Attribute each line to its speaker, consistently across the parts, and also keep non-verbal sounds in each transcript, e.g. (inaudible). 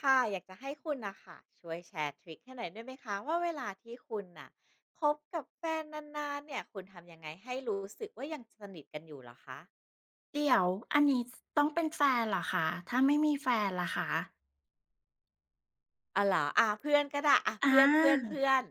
Speaker 1: ค่ะอยากจะให้คุณนะค่ะช่วยแชร์ทริคให้หน่อยได้ไหมคะว่าเวลาที่คุณน่ะคบกับแฟนนานๆเนี่ยคุณทำยังไงให้รู้สึกว่ายังสนิทกันอยู่เหรอคะ
Speaker 2: เดี๋ยวอันนี้ต้องเป็นแฟนเหรอคะถ้าไม่มีแฟนล่ะคะ
Speaker 1: อ๋อเหรออะเพื่อนก็ได้อะ
Speaker 2: อ
Speaker 1: เพื่อนเพื่อน
Speaker 2: า
Speaker 1: เพื่อน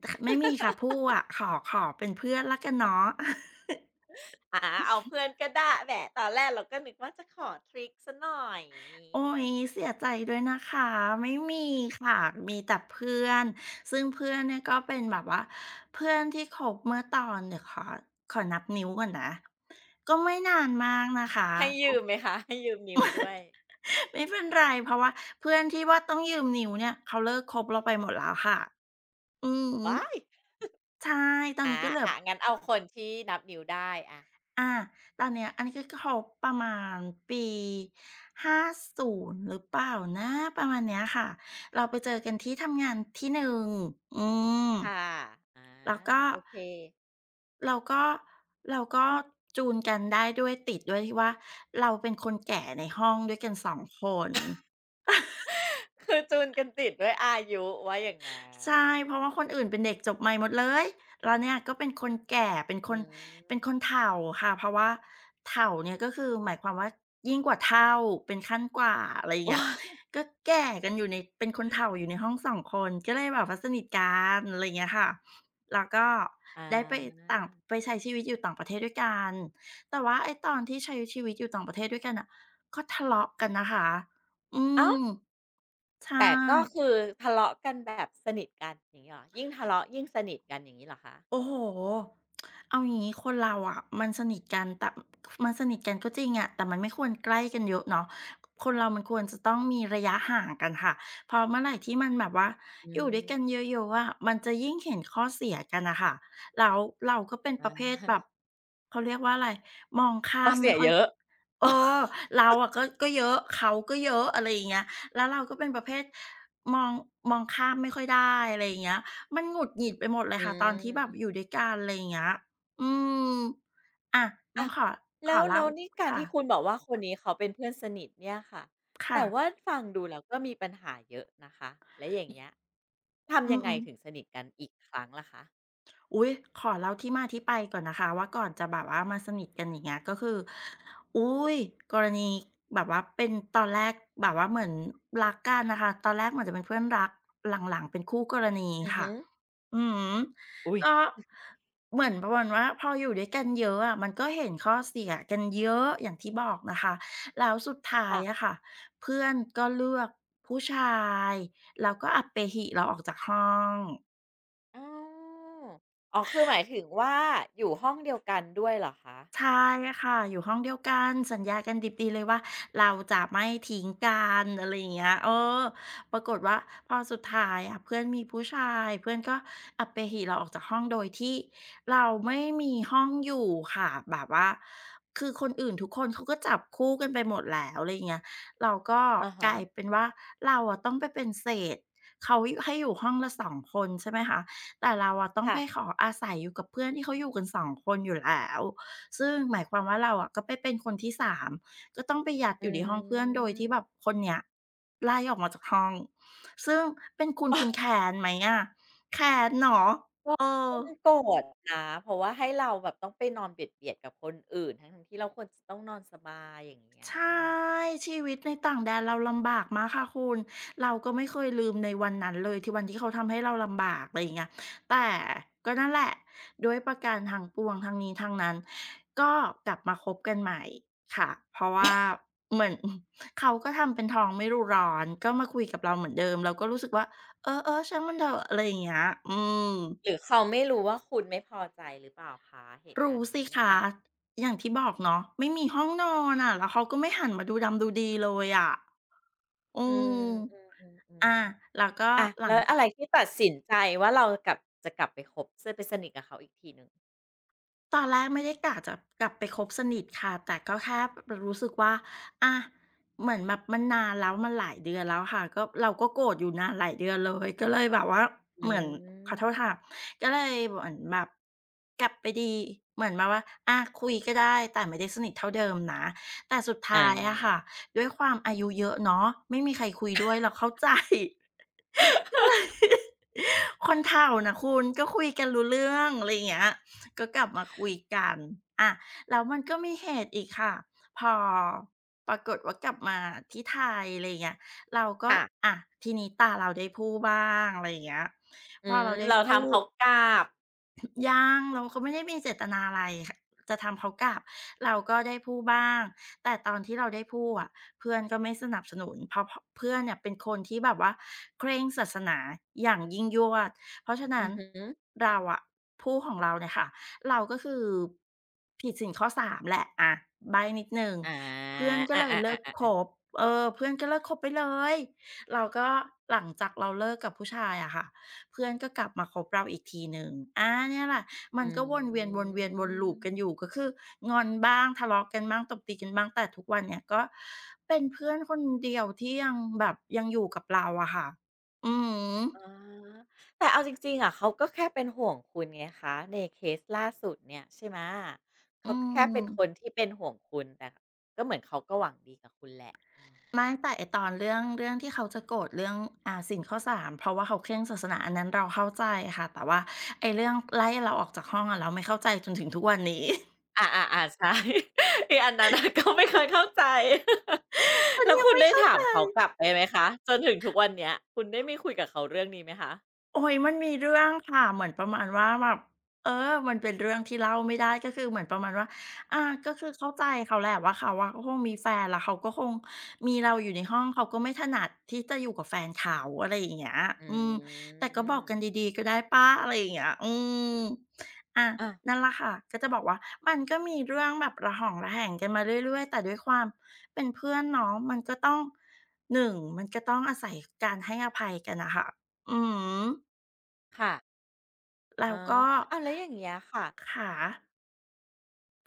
Speaker 2: แต่ขไม่มีค่ะพู่อะขอเป็นเพื่อนแล้วกันเนาะ (laughs)
Speaker 1: อ่ะเอาเพื่อนก็ได้แหมตอนแรกเราก็นึกว่าจะขอทริคซะหน่อย
Speaker 2: โอ๊ยเสียใจด้วยนะคะไม่มีค่ะมีแต่เพื่อนซึ่งเพื่อนเนี่ยก็เป็นแบบว่าเพื่อนที่คบเมื่อตอนเดี๋ยวขอนับนิ้วก่อนนะก็ไม่นานมากนะคะ
Speaker 1: ให้
Speaker 2: ค
Speaker 1: ยืมไหม
Speaker 2: บ
Speaker 1: คะให้ยืมนิ้วด้วย
Speaker 2: ไม่เป็นไรเพราะว่าเพื่อนที่ว่าต้องยืมนิ้วเนี่ยเขาเลิกคบเราไปหมดแล้วค่ะอือฮึ
Speaker 1: ว้าย
Speaker 2: ใช่ตอน
Speaker 1: อะ
Speaker 2: นี้ก็เหลือ
Speaker 1: อะงั้นเอาคนที่นับนิ้วได้อะ
Speaker 2: อาตอนเนี้ยอันนี้ก็เขาประมาณปี50หรือเปล่านะประมาณเนี้ยค่ะเราไปเจอกันที่ทำงานที่หนึ่งอืม
Speaker 1: ค่ะอา
Speaker 2: แล้วก็
Speaker 1: โอเค
Speaker 2: เราก็เราก็จูนกันได้ด้วยติดด้วยที่ว่าเราเป็นคนแก่ในห้องด้วยกันสองคน
Speaker 1: คือจูนกันติดด้วยอายุว่าอย่างนั้น
Speaker 2: ใช่เพราะว่าคนอื่นเป็นเด็กจบใหม่หมดเลยเราเนี่ยก็เป็นคนแก่เป็นค
Speaker 1: อื
Speaker 2: น
Speaker 1: ม
Speaker 2: เป็นคนเฒ่าค่ะเพราะว่าเฒ่าเนี่ยก็คือหมายความว่ายิ่งกว่าเฒ่าเป็นขั้นกว่าอะไรอย่างเงี้ย
Speaker 1: (laughs)
Speaker 2: ก็แก่กันอยู่ในเป็นคนเฒ่าอยู่ในห้องสองคนก็เลยแบบว่าสนิทกันอะไรอย่างเงี้ยค่ะแล้วก็
Speaker 1: อ
Speaker 2: ได้ไป
Speaker 1: า
Speaker 2: ต่างไปใช้ชีวิตอยู่ต่างประเทศด้วยกันแต่ว่าไอ้ตอนที่ใช้ชีวิตอยู่ต่างประเทศด้วยกันน่ะก็ทะเลาะกันนะคะอื
Speaker 1: อ้าว
Speaker 2: มใช่
Speaker 1: แต่ก็คือทะเลาะกันแบบสนิทกันอย่างงี้เหรอยิ่งทะเลาะยิ่งสนิทกันอย่างงี้เหรอคะ
Speaker 2: โอ้โฮเอาอย่างงี้คนเราอะมันสนิทกันแต่มันสนิทกันก็จริงอะแต่มันไม่ควรใกล้กันเยอะเนาะคนเรามันควรจะต้องมีระยะห่างกันค่ะเพราะเมื่อไหร่ที่มันแบบว่า
Speaker 1: อื
Speaker 2: อยู่ด้วยกัน
Speaker 1: ม
Speaker 2: เยอะๆอะมันจะยิ่งเห็นข้อเสียกันน่ะค่ะแล้วเราก็เป็นประ
Speaker 1: อา
Speaker 2: เภทแบบ
Speaker 1: (laughs)
Speaker 2: เขาเรียกว่าอะไรมองข้า
Speaker 1: ข้อ
Speaker 2: ม
Speaker 1: เสี
Speaker 2: ไม่
Speaker 1: ย
Speaker 2: ค่อ
Speaker 1: เย
Speaker 2: ย
Speaker 1: อะ (laughs)
Speaker 2: เอ
Speaker 1: ออ
Speaker 2: อเราอะก็เยอะเขาก็เยอะอะไรอย่างเงี้ยแล้วเราก็เป็นประเภทมองมองข้ามไม่ค่อยได้อะไรอย่างเงี้ยมันหงุดหงิดไปหมดเล
Speaker 1: อื
Speaker 2: ยค่ะตอนที่แบบอยู่
Speaker 1: ม
Speaker 2: ด้วยกันอะไรอย่างเงี้ยอืมอะต้อ
Speaker 1: อ้า
Speaker 2: ง
Speaker 1: ว
Speaker 2: ขอข
Speaker 1: แล้
Speaker 2: อ
Speaker 1: ว
Speaker 2: เล่า
Speaker 1: แล้วนี่การที่คุณ
Speaker 2: ค่ะ
Speaker 1: บอกว่าคนนี้เขาเป็นเพื่อนสนิทเนี่ยค่ะ
Speaker 2: ค่ะ
Speaker 1: แต่ว่าฟังดูแล้วก็มีปัญหาเยอะนะคะแล้วอย่างเงี้ย
Speaker 2: อื
Speaker 1: ทำยังไง
Speaker 2: อ
Speaker 1: ถึง
Speaker 2: ๆ
Speaker 1: สนิทกันอีกครั้งล่ะคะ
Speaker 2: อุ๊ยขอเล่าที่มาที่ไปก่อนนะคะว่าก่อนจะแบบว่ามาสนิทกันอย่างเงี้ยก็คืออุ๊ยกรณีแบบว่าเป็นตอนแรกแบบว่าเหมือนรักกันน่ะค่ะตอนแรกเหมือนจะเป็นเพื่อนรักหลังๆเป็นคู่กรณี
Speaker 1: อือ
Speaker 2: ค่ะ
Speaker 1: ฮึ
Speaker 2: อือฮึ
Speaker 1: อุ๊ย
Speaker 2: ก็เหมือนประมาณว่าพออยู่ด้วยกันเยอะอะมันก็เห็นข้อเสียกันเยอะอย่างที่บอกนะคะแล้วสุดท้ายอะ
Speaker 1: ค่ะ
Speaker 2: ค่ะเพื่อนก็เลือกผู้ชายแล้วก็อัปเปหิเราออกจากห้อง
Speaker 1: อ๋อวอ๋อคือหมายถึงว่าอยู่ห้องเดียวกันด้วยเหรอคะ
Speaker 2: ใช่ค่ะอยู่ห้องเดียวกันสัญญากันดิบดีเลยว่าเราจะไม่ทิ้งกันอะไรอย่างเงี้ยอปรากฏว่าพอสุดท้ายอะเพื่อนมีผู้ชายเพื่อนก็อัปเปหิเราออกจากห้องโดยที่เราไม่มีห้องอยู่ค่ะแบบว่าคือคนอื่นทุกคนเขาก็จับคู่กันไปหมดแล้วอะไรอย่างเงี้ยเราก็
Speaker 1: อะ
Speaker 2: ก
Speaker 1: ฮะ
Speaker 2: ลายเป็นว่าเราอะต้องไปเป็นเศษเขาให้อยู่ห้องละสองคนใช่ไหมคะแต่เราอะต้อง
Speaker 1: ค่ะ
Speaker 2: ไปขออาศัยอยู่กับเพื่อนที่เขาอยู่กันสองคนอยู่แล้ว ซึ่งหมายความว่าเราอะก็ไปเป็นคนที่สามก็ต้องไปยัดอ
Speaker 1: อื
Speaker 2: ยู่ในห้องเพื่อนโดย
Speaker 1: ม
Speaker 2: ที่แบบคนเนี้ยไล่ออกมาจากห้องซึ่งเป็นคุณแค้นไหมอะแค้นเนาะ
Speaker 1: ก็
Speaker 2: เออ
Speaker 1: ต้องโกรธนะเพราะว่าให้เราแบบต้องไปนอนเบียดๆกับคนอื่นทั้งๆที่เราควรจะต้องนอนสบายอย่างเงี้ย
Speaker 2: ใช่ชีวิตในต่างแดนเราลำบากมากค่ะคุณเราก็ไม่เคยลืมในวันนั้นเลยที่วันที่เขาทำให้เราลำบากอะไรอย่างเงี้ยแต่ก็นั่นแหละด้วยประการทั้งปวงทั้งนี้ทั้งนั้นก็กลับมาคบกันใหม่ค่ะเพราะว่าเหมือน (laughs) เขาก็ทำเป็นท้องไม่รู้ร้อนก็มาคุยกับเราเหมือนเดิมเราก็รู้สึกว่าเออๆช่างมันเถอะอะไรอย่างเงี้ยอืม
Speaker 1: หรือเขาไม่รู้ว่าคุณไม่พอใจหรือเปล่าคะเหตุการ
Speaker 2: รู้
Speaker 1: ณ์นี้
Speaker 2: สิ
Speaker 1: เนี่ย
Speaker 2: คะอย่างที่บอกเนาะไม่มีห้องนอนอะแล้วเขาก็ไม่หันมาดูดำดูดีเลยอะอื
Speaker 1: อื
Speaker 2: ม
Speaker 1: ม
Speaker 2: อา
Speaker 1: ๆๆ
Speaker 2: แล้วก็
Speaker 1: ๆอะ
Speaker 2: หลั
Speaker 1: แล้
Speaker 2: ง
Speaker 1: วอะไรที่ตัดสินใจว่าเรากลับจะกลับไปคบจะไปสนิทกับเขาอีกทีหนึ่ง
Speaker 2: ตอนแรกไม่ได้กะจะกลับไปคบสนิทค่ะแต่ก็แค่รู้สึกว่าอะเหมือนแบบมันนานแล้วมันหลายเดือนแล้วค่ะก็เราก็โกรธอยู่นานหลายเดือนเลยก็เลยแบบว่า
Speaker 1: อื
Speaker 2: เหมือนขอโทษ
Speaker 1: ม
Speaker 2: ค่ะก็เลยเหมือนแบบกลับไปดีเหมือนแบบว่าอะคุยก็ได้แต่ไม่ได้สนิทเท่าเดิมนะแต่สุด
Speaker 1: อา
Speaker 2: ท้ายอะค่ะด้วยความอายุเยอะเนาะไม่มีใครคุยด้วยเราเข้าใจ (laughs) คนเฒ่าน่ะคุณก็คุยกันรู้เรื่องอะไรอย่างเงี้ยก็กลับมาคุยกันอาแล้วมันก็มีเหตุอีกค่ะพอปรากฏว่ากลับมาที่ไทยอะไรอย่างเงี้ยเราก็
Speaker 1: ค่ะ (laughs)
Speaker 2: อาทีนี้ตาเราได้พลู่บ้างอะไรอย่างเงี้ย
Speaker 1: อื
Speaker 2: พอ
Speaker 1: ม
Speaker 2: เราได้
Speaker 1: เรา
Speaker 2: พลู่
Speaker 1: ทำเขากราบ
Speaker 2: (coughs) ยังเราก็ไม่ได้มีเจตนาอะไรคจะทำเขากลับเราก็ได้พูดบ้างแต่ตอนที่เราได้พูดอะเพื่อนก็ไม่สนับสนุนเพราะพเพื่อนเนี่ยเป็นคนที่แบบว่าเคร่งศาสนาอย่างยิ่งยวดเพราะฉะ
Speaker 1: อื
Speaker 2: นั้น
Speaker 1: อฮึ
Speaker 2: เราอะพูดของเราเนี่ยค่ะเราก็คือผิดศีลข้อสามแหละอะใบ้นิดหนึ่ง
Speaker 1: อา
Speaker 2: เพื่อนก็เลย
Speaker 1: อา
Speaker 2: เลิก
Speaker 1: ๆ
Speaker 2: ค
Speaker 1: ๆๆๆ
Speaker 2: บเออเพื่อนก็เลิกคบไปเลยเราก็หลังจากเราเลิกกับผู้ชายอะค่ะ เพื่อนก็กลับมาคบเราอีกทีหนึ่งอาเนี่ยแหละมัน
Speaker 1: อื
Speaker 2: ก็วนเวียนวนเวียนวน l o o กันอ
Speaker 1: ม
Speaker 2: ยู่ก็คืองอนบ้างทะเลาะกันบ้างตบตีกันบ้างแต่ทุกวันเนี่ยก็เป็นเพื่อนคนเดียวที่ยังแบบยังอยู่กับเราอะค่ะอืม
Speaker 1: อ๋อแต่เอาจริงๆอะเขาก็แค่เป็นห่วงคุณไงคะในเคสล่าสุดเนี่ยใช่ไหม
Speaker 2: อื
Speaker 1: เขาก็แค่เป็นคน
Speaker 2: ม
Speaker 1: ที่เป็นห่วงคุณแต่ก็เหมือนเขาก็หวังดีกับคุณแหละอืม
Speaker 2: ไม่แต่ไอ้ตอนเรื่องเรื่องที่เขาจะโกรธเรื่องศีลข้อ3เพราะว่าเขาเคร่งศาสนาอันนั้นเราเข้าใจค่ะแต่ว่าไอ้เรื่องไล่เราออกจากห้องอะเราไม่เข้าใจจนถึงทุกวันนี้
Speaker 1: อาๆๆใช่ไอ้อันนั้นน่ะก็ไม่เคยเข้าใจ
Speaker 2: (laughs) มัน
Speaker 1: แล้ว
Speaker 2: ยัง
Speaker 1: คุณ
Speaker 2: ไม่
Speaker 1: ได้
Speaker 2: เข้า
Speaker 1: ถา
Speaker 2: ใจ
Speaker 1: มเขากลับไปไหมคะจนถึงทุกวันเนี้ยคุณได้มีคุยกับเขาเรื่องนี้ไหมคะ
Speaker 2: โอ้ยมันมีเรื่องค่ะเหมือนประมาณว่าแบบมันเป็นเรื่องที่เล่าไม่ได้ก็คือเหมือนประมาณว่าอาก็คือเข้าใจเขาแหละว่าเขาก็คงมีแฟนแล้วเขาก็คงมีเราอยู่ในห้องเขาก็ไม่ถนัดที่จะอยู่กับแฟนเขาอะไรอย่างเงี้ย
Speaker 1: อื
Speaker 2: อืมแต่ก็บอกกัน
Speaker 1: ม
Speaker 2: ดีๆก็ได้ป้าอะไรอย่างเงี้ยอืมอา
Speaker 1: อา
Speaker 2: นั่นแหละค่ะก็จะบอกว่ามันก็มีเรื่องแบบระหองระแหงกันมาเรื่อยๆแต่ด้วยความเป็นเพื่อนเนาะมันก็ต้องหนึ่งมันก็ต้องอาศัยการให้อภัยกันนะคะอืม
Speaker 1: ค่ะอ๋
Speaker 2: แล้
Speaker 1: อ
Speaker 2: วก็
Speaker 1: อ้าวแล้วอย่างเงี้ยค่ะ
Speaker 2: ขา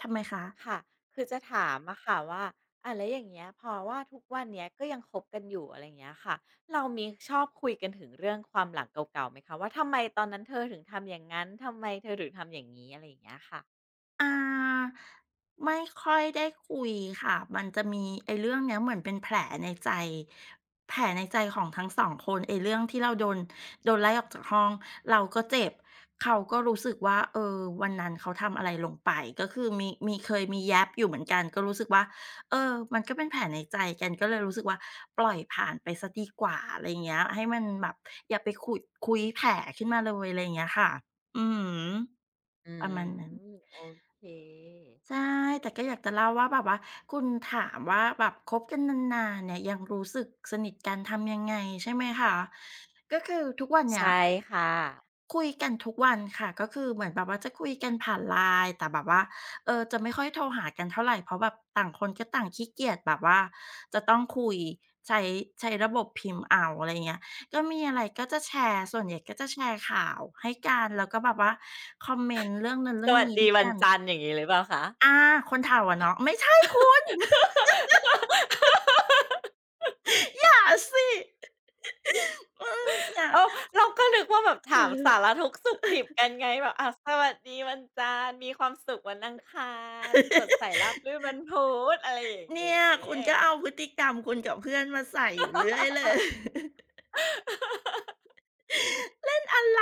Speaker 2: ทำไมคะ
Speaker 1: ค่ะคือจะถามอะค่ะว่าอ่าแล้วอย่างเงี้ยเพราะว่าทุกวันเนี้ยก็ยังคบกันอยู่อะไรอย่างเงี้ยค่ะเรามีชอบคุยกันถึงเรื่องความหลังเก่าๆไหมคะว่าทำไมตอนนั้นเธอถึงทำอย่างงั้นทำไมเธอถึงทำอย่างงี้อะไรอย่างเงี้ยค่ะ
Speaker 2: อาไม่ค่อยได้คุยค่ะมันจะมีไอ้เรื่องเนี้ยเหมือนเป็นแผลในใจแผลในใจของทั้งสองคนไอ้เรื่องที่เราโดนโดนไล่ออกจากห้องเราก็เจ็บเขาก็รู้สึกว่าวันนั้นเขาทำอะไรลงไปก็คือมีเคยมีแย้บอยู่เหมือนกันก็รู้สึกว่ามันก็เป็นแผลในใจกันก็เลยรู้สึกว่าปล่อยผ่านไปเสียดีกว่าอะไรอย่างเงี้ยให้มันแบบอย่าไปขุดคุ้ยแผลขึ้นมาเลยอะไรอย่างเงี้ยค่ะอือฮึ
Speaker 1: อื
Speaker 2: ป
Speaker 1: ม
Speaker 2: ระมาณนั้น
Speaker 1: โอเค
Speaker 2: ใช่แต่ก็อยากจะเล่าว่าแบบว่าคุณถามว่าแบบคบกันนานๆเนี่ยยังรู้สึกสนิทกันทำยังไงใช่ไหมคะก็คือทุกวันเนี้ย
Speaker 1: ใช่ค่ะ
Speaker 2: คุยกันทุกวันค่ะก็คือเหมือนแบบว่าจะคุยกันผ่าน LINE แต่แบบว่าจะไม่ค่อยโทรหากันเท่าไรเพราะแบบต่างคนก็ต่างขี้เกียจแบบว่าจะต้องคุยใช้ใช้ระบบพิมพ์เอาอะไรอย่างเงี้ยก็มีอะไรก็จะแชร์ส่วนใหญ่ก็จะแชร์ข่าวให้กันแล้วก็แบบว่าคอมเมนต์เรื่องนั้น
Speaker 1: ส
Speaker 2: เรื่อง
Speaker 1: วัส
Speaker 2: นี้
Speaker 1: ดี
Speaker 2: ด้วย
Speaker 1: วัน
Speaker 2: กัน
Speaker 1: จันทร์อย่างงี้หรือเปล่าคะ
Speaker 2: อาคนเฒ่าอะเนาะไม่ใช่คุณ
Speaker 1: (laughs)
Speaker 2: (laughs) อย่าสิอืมอย่า
Speaker 1: เออเราก็นึกว่าแบบถามสารทุกข์สุขดิบกันไงแบบอาสวัสดีวันจันทร์มีความสุขวันอังคารสดใสราบรื่น
Speaker 2: (laughs)
Speaker 1: วันพุธอะไรอย่างงี
Speaker 2: เนี่ยคุณก็
Speaker 1: ้
Speaker 2: เอาพฤติกรรมคุณกับเพื่อนมาใส่อยู่เรื่อยเลย
Speaker 1: (laughs)
Speaker 2: (laughs) เล่นอะไร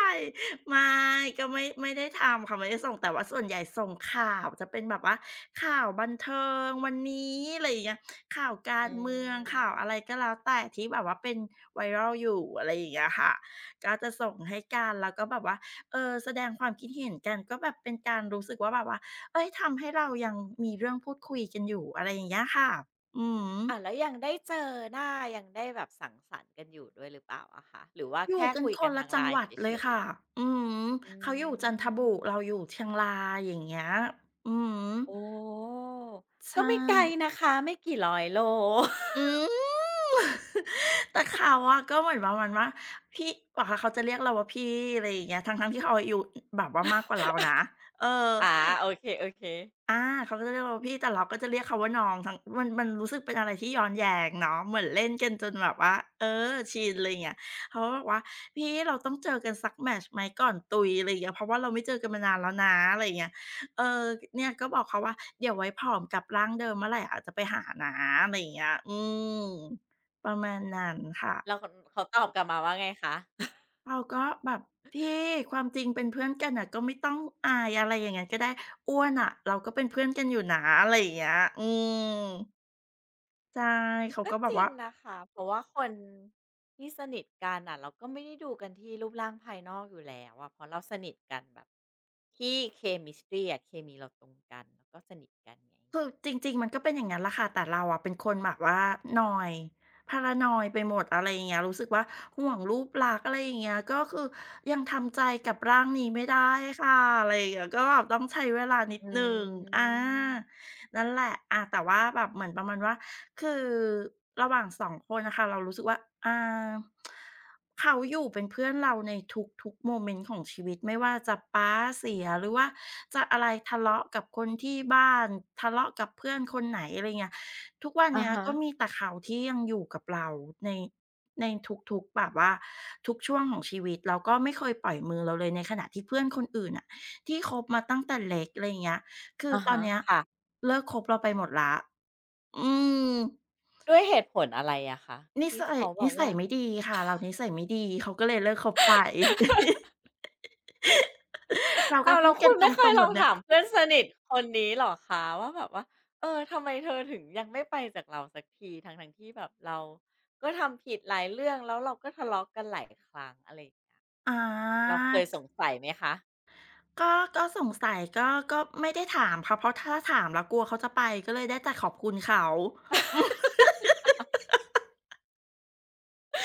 Speaker 2: ไม่ก็ไม่ได้ทำค่ะไม่ได้ส่งแต่ว่าส่วนใหญ่ส่งข่าวจะเป็นแบบว่าข่าวบันเทิงวันนี้อะไรอย่างเงี้ยข่าวกา
Speaker 1: อื
Speaker 2: รเมืองข่าวอะไร
Speaker 1: ม
Speaker 2: ก็แล้วแต่ที่แบบว่าเป็น viral อยู่อะไรอย่างเงี้ยค่ะก็จะส่งให้กันแล้วก็แบบว่าแสดงความคิดเห็นกันก็แบบเป็นการรู้สึกว่าแบบว่าเฮ้ยทำให้เรายังมีเรื่องพูดคุยกันอยู่อะไรอย่างเงี้ยค่ะอือ
Speaker 1: อ่าแล้
Speaker 2: ฮึ
Speaker 1: วยังได้เจอหน้ายังได้แบบสังสรรค์กันอยู่ด้วยหรือเปล่าอะคะหรือว่า
Speaker 2: อยู่
Speaker 1: แค่
Speaker 2: กัน
Speaker 1: คุย
Speaker 2: ค
Speaker 1: กัน
Speaker 2: นละ
Speaker 1: ทาง
Speaker 2: จังห
Speaker 1: LINE
Speaker 2: วั
Speaker 1: เ
Speaker 2: ดเล
Speaker 1: ฉ
Speaker 2: ย
Speaker 1: ย
Speaker 2: ค่ะ
Speaker 1: ๆ
Speaker 2: อืม
Speaker 1: อื
Speaker 2: เขาอยู่จันทบุ
Speaker 1: ม
Speaker 2: รีเราอยู่เชียงรายอย่างเงี้ยอืม
Speaker 1: โอ้ก็
Speaker 2: ใช่
Speaker 1: ไม่ไกลนะคะไม่กี่ร้อยโล
Speaker 2: อืม (laughs) แต่เขาอะก็เหมือนประมาณว่าพี่ว่าเขาจะเรียกเราว่าพี่อะไรอย่างเงี้ยทั้งที่เขาอายุแบบว่ามากกว่าเรา
Speaker 1: (laughs)
Speaker 2: นะเออ
Speaker 1: อาโอเคๆ
Speaker 2: อาเขาก็จะเรียกเราพี่แต่เราก็จะเรียกเขาว่าน้องทั้งมันรู้สึกเป็นอะไรที่ย้อนแย้งเนาะเหมือนเล่นกันจนแบบว่าเออชินอะไรอย่างเงี้ยเขาก็บอกว่าพี่เราต้องเจอกันสักแมตช์ไหมก่อนตุยอะไรอย่างเงี้ยเพราะว่าเราไม่เจอกันมานานแล้วนะอะไรอย่างเงี้ยเออเนี่ยก็บอกเขาว่าเดี๋ยวไว้ผอมกลับร่างเดิมเมื่อไหร่อาจจะไปหานะอะไรอย่างเงี้ยอืมประมาณนั้นค่ะ
Speaker 1: แล้วคเขาตอบกลับมาว่าไงคะ
Speaker 2: เราก็แบบที่ความจริงเป็นเพื่อนกันน่ะก็ไม่ต้องอายอะไรอย่างงั้นก็ได้อ้วนอะเราก็เป็นเพื่อนกันอยู่นะอะไรอย่างเงี้ยอืมใช่เขา
Speaker 1: ก็
Speaker 2: ก็แบ
Speaker 1: จ
Speaker 2: บ
Speaker 1: ริง
Speaker 2: ว่า
Speaker 1: นะคะเพราะว่าคนที่สนิทกันน่ะเราก็ไม่ได้ดูกันที่รูปร่างภายนอกอยู่แล้วอะเพราะเราสนิทกันแบบที่เคมิสตรีอ่ะเคมีเราตรงกันแล้วก็สนิทกันไง
Speaker 2: คือจริงๆมันก็เป็นอย่างงั้นแหละค่ะแต่เราอะเป็นคนแบบว่านอยด์ paranoid ไปหมดอะไรอย่างเงี้ยรู้สึกว่าห่วงรูปลักษณ์อะไรอย่างเงี้ยก็คือยังทำใจกับร่างนี้ไม่ได้ค่ะอะไรอย่างเงี้ยก็แบบต้องใช้เวลานิด
Speaker 1: อื
Speaker 2: หนึ่งอา
Speaker 1: ม
Speaker 2: นั่นแหละแต่ว่าแบบเหมือนประมาณว่าคือระหว่างสองคนน่ะค่ะเรารู้สึกว่าอา เขาอยู่เป็นเพื่อนเราในทุกๆโมเมนต์ของชีวิตไม่ว่าจะป๊าเสียหรือว่าจะอะไรทะเลาะกับคนที่บ้านทะเลาะกับเพื่อนคนไหนอะไรเงี้ยทุกวัน
Speaker 1: อะ
Speaker 2: เนี้ย
Speaker 1: ฮะ
Speaker 2: ก็มีแต่เขาที่ยังอยู่กับเราในในทุกๆแบบว่าทุกช่วงของชีวิตแล้วก็ไม่เคยปล่อยมือเราเลยในขณะที่เพื่อนคนอื่นน่ะที่คบมาตั้งแต่เล็กอะไรอย่างเงี้ยคือ
Speaker 1: อะ
Speaker 2: ตอน
Speaker 1: ฮะ
Speaker 2: เนี้ย
Speaker 1: ค่ะ
Speaker 2: เลิกคบเราไปหมดแล้วอืม
Speaker 1: ด้วยเหตุผลอะไรอะคะ
Speaker 2: นิ
Speaker 1: ที่
Speaker 2: สัย
Speaker 1: เขาแบ
Speaker 2: นิ
Speaker 1: บ
Speaker 2: สัย
Speaker 1: ว่า
Speaker 2: ไม่ดีค่ะ เรานิสัยไม่ดี เขาก็เลยเลิกคบไป (laughs) เราก็
Speaker 1: อ้าวแล้
Speaker 2: พู
Speaker 1: ว
Speaker 2: ดกั
Speaker 1: คุ
Speaker 2: น
Speaker 1: ณ
Speaker 2: ต
Speaker 1: ไม่เค
Speaker 2: ร
Speaker 1: ย
Speaker 2: งๆ
Speaker 1: ล
Speaker 2: แบ
Speaker 1: อง
Speaker 2: บเนี้ย
Speaker 1: ถามเพื่อนสนิทคนนี้เหรอคะว่าแบบว่าเออทำไมเธอถึงยังไม่ไปจากเราสักทีทั้งทั้งที่แบบเราก็ทำผิดหลายเรื่องแล้วเราก็ทะเลาะกันหลายครั้งอะไรอย่างเงี้ย
Speaker 2: อา
Speaker 1: เราเคยสงสัยไหมคะ
Speaker 2: ก็สงสัยก็ไม่ได้ถามค่ะเพราะถ้าถามแล้วกลัวเขาจะไป ก็เลยได้แต่ขอบคุณเขา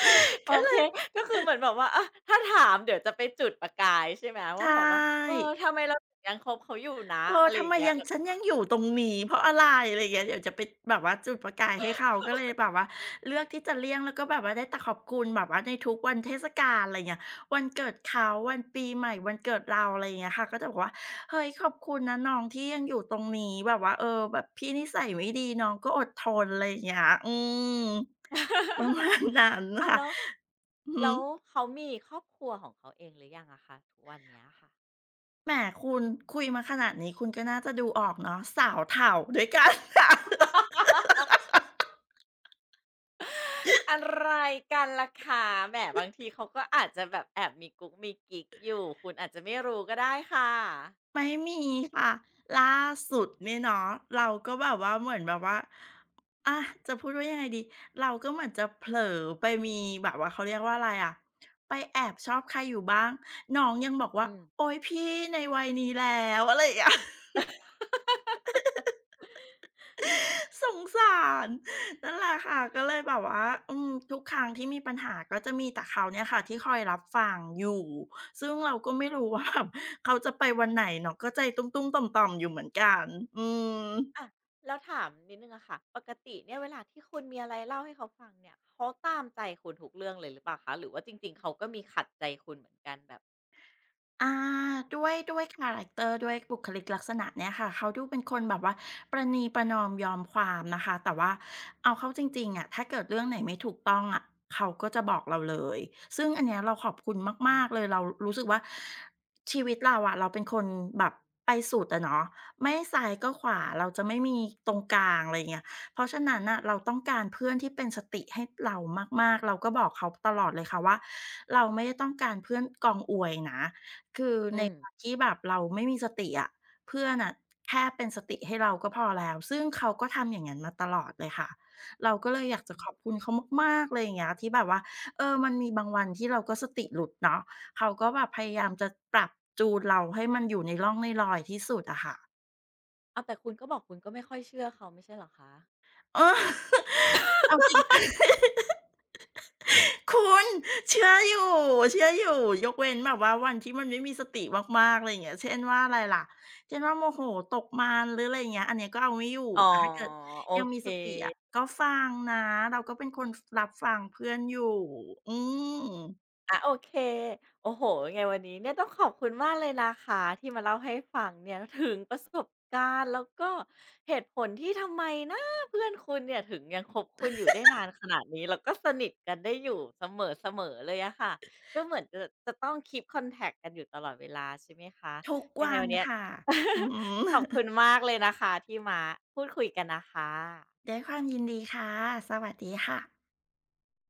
Speaker 2: (laughs)
Speaker 1: โอ
Speaker 2: ก็เล
Speaker 1: เค
Speaker 2: ย
Speaker 1: ก็คือเหมือนแบบว่าอะถ้าถามเดี๋ยวจะไปจุดประกายใช่ไหมว่า
Speaker 2: ใช่
Speaker 1: แบบว่าเออทำไมเราถึงยังคบเขาอยู่นะ
Speaker 2: เออ
Speaker 1: อะไรอ
Speaker 2: ทำ
Speaker 1: ย่าง
Speaker 2: ไม
Speaker 1: เงี้ย
Speaker 2: ยัง
Speaker 1: แล้ว
Speaker 2: ฉันยังอยู่ตรงนี้เพราะอะไรอะไรอย่างเงี้ยเดี๋ยวจะไปแบบว่าจุดประกายให้เขาก็เลยแบบว่าเลือกที่จะเลี่ยงแล้วก็แบบว่าได้แต่ขอบคุณแบบว่าในทุกวันเทศกาลอะไรเงี้ยวันเกิดเขาวันปีใหม่วันเกิดเราอะไรอย่างเงี้ยค่ะก็จะบอกว่าเฮ้ยขอบคุณนะน้องที่ยังอยู่ตรงนี้แบบว่าเออแบบพี่นิสัยไม่ดีน้องก็อดทนอะไรอย่างเงี้ยอืมประมา
Speaker 1: (laughs)
Speaker 2: ณนั้น
Speaker 1: อ้าว
Speaker 2: ค่ะ
Speaker 1: แล้ว
Speaker 2: อือฮึ
Speaker 1: แล้วเขามีครอบครัวของเขาเองหรือยังอะคะทุกวันเนี้ยค่ะ
Speaker 2: แหมคุณคุยมาขนาดนี้คุณก็น่าจะดูออกเนาะสาวเถ่าด้วยกัน (laughs) ค่ะ
Speaker 1: (laughs) อะไรกันล่ะคะแหมบางทีเขาก็อาจจะแบบแอบมีกุ๊กมีกิ๊กอยู่คุณอาจจะไม่รู้ก็ได้ค่ะ
Speaker 2: ไม่มีค่ะล่าสุดเนี่ยเนาะเราก็แบบว่าเหมือนแบบว่าอะจะพูดว่ายังไงดีเราก็เหมือนจะเผลอไปมีแบบว่าเขาเรียกว่าอะไรอะไปแอบชอบใครอยู่บ้างน้องยังบอกว่า
Speaker 1: อืม
Speaker 2: โอ๊ยพี่ในวัยนี้แล้วอะไรอย่างเงี้ย (laughs) สงสารนั่นแหละค่ะก็เลยแบบว่าอืมทุกครั้งที่มีปัญหาก็จะมีแต่เขาเนี่ยค่ะที่คอยรับฟังอยู่ซึ่งเราก็ไม่รู้ว่าแบบเขาจะไปวันไหนเนาะก็ใจตุ้มๆต่อมๆอยู่เหมือนกันอืม
Speaker 1: อะแล้วถามนิดนึงอะค่ะปกติเนี่ยเวลาที่คุณมีอะไรเล่าให้เขาฟังเนี่ยเขาตามใจคุณทุกเรื่องเลยหรือเปล่าคะหรือว่าจริงๆเขาก็มีขัดใจคุณเหมือนกันแบบ
Speaker 2: อ่าด้วยคาแรคเตอร์ด้วยบุคลิกลักษณะเนี่ยค่ะเขาดูเป็นคนแบบว่าประนีประนอมยอมความนะคะแต่ว่าเอาเข้าจริงๆอะถ้าเกิดเรื่องไหนไม่ถูกต้องอะเขาก็จะบอกเราเลยซึ่งอันเนี้ยเราขอบคุณ
Speaker 1: อื
Speaker 2: มากๆเลย
Speaker 1: ม
Speaker 2: เรารู้สึกว่าชีวิตเราอะเราเป็นคนแบบไปสุดอะเนาะไม่ซ้ายก็ขวาเราจะไม่มีตรงกลางอะไรยเงี้ยเพราะฉะนั้นอ่ะเราต้องการเพื่อนที่เป็นสติให้เรามากๆเราก็บอกเขาตลอดเลยค่ะว่าเราไม่ได้ต้องการเพื่อนกองอวยนะ คือ
Speaker 1: อื
Speaker 2: ใน
Speaker 1: ม
Speaker 2: ความที่แบบเราไม่มีสติอะเพื่อนน่ะแค่เป็นสติให้เราก็พอแล้วซึ่งเขาก็ทำอย่างงั้นมาตลอดเลยค่ะเราก็เลยอยากจะขอบคุณเขามากๆเลยอย่างเงี้ยที่แบบว่าเออมันมีบางวันที่เราก็สติหลุดเนาะเขาก็แบบพยายามจะปรับจูนเราให้มันอยู่ในร่องในรอยที่สุดอะค่ะ
Speaker 1: เอาแต่คุณก็บอกคุณก็ไม่ค่อยเชื่อเขาไม่ใช่เหรอคะ
Speaker 2: เออ (laughs) เอาจริง คุณเชื่ออยู่เชื่ออยู่ยกเว้นแบบว่าวันที่มันไม่มีสติมากๆอะไรอย่างเงี้ยเช่นว่าอะไรล่ะเช่นว่าโมโหตกมันหรืออะไรอย่างเงี้ยอันเนี้ยก็เอาไม่อยู่
Speaker 1: อ๋อ
Speaker 2: แต่ถ้าเกิด
Speaker 1: โอ
Speaker 2: ยัง
Speaker 1: เค
Speaker 2: มีสติอะก็ฟังนะเราก็เป็นคนฟรับฟังเพื่อนอยู่อืม
Speaker 1: อะโอเคโอ้โหยังไงวันนี้เนี่ยต้องขอบคุณมากเลยนะคะที่มาเล่าให้ฟังเนี่ยถึงประสบการณ์แล้วก็เหตุผลที่ทำไมนะเพื่อนคุณเนี่ยถึงยังคบคุณอยู่ได้นานขนาดนี้แล้วก็สนิทกันได้อยู่เสมอเสมอเลยอะค่ะก็เหมือนจะจะต้องค e e p c o n t a กันอยู่ตลอดเวลาใช่ไหมคะ
Speaker 2: ทุก
Speaker 1: ยังไง
Speaker 2: วัน
Speaker 1: วันเนี้ย
Speaker 2: ค่ะอือฮึ (laughs)
Speaker 1: (laughs) ขอบคุณมากเลยนะคะที่มาพูดคุยกันนะคะ
Speaker 2: ด้วยความยินดีค่ะสวัสดีค่ะ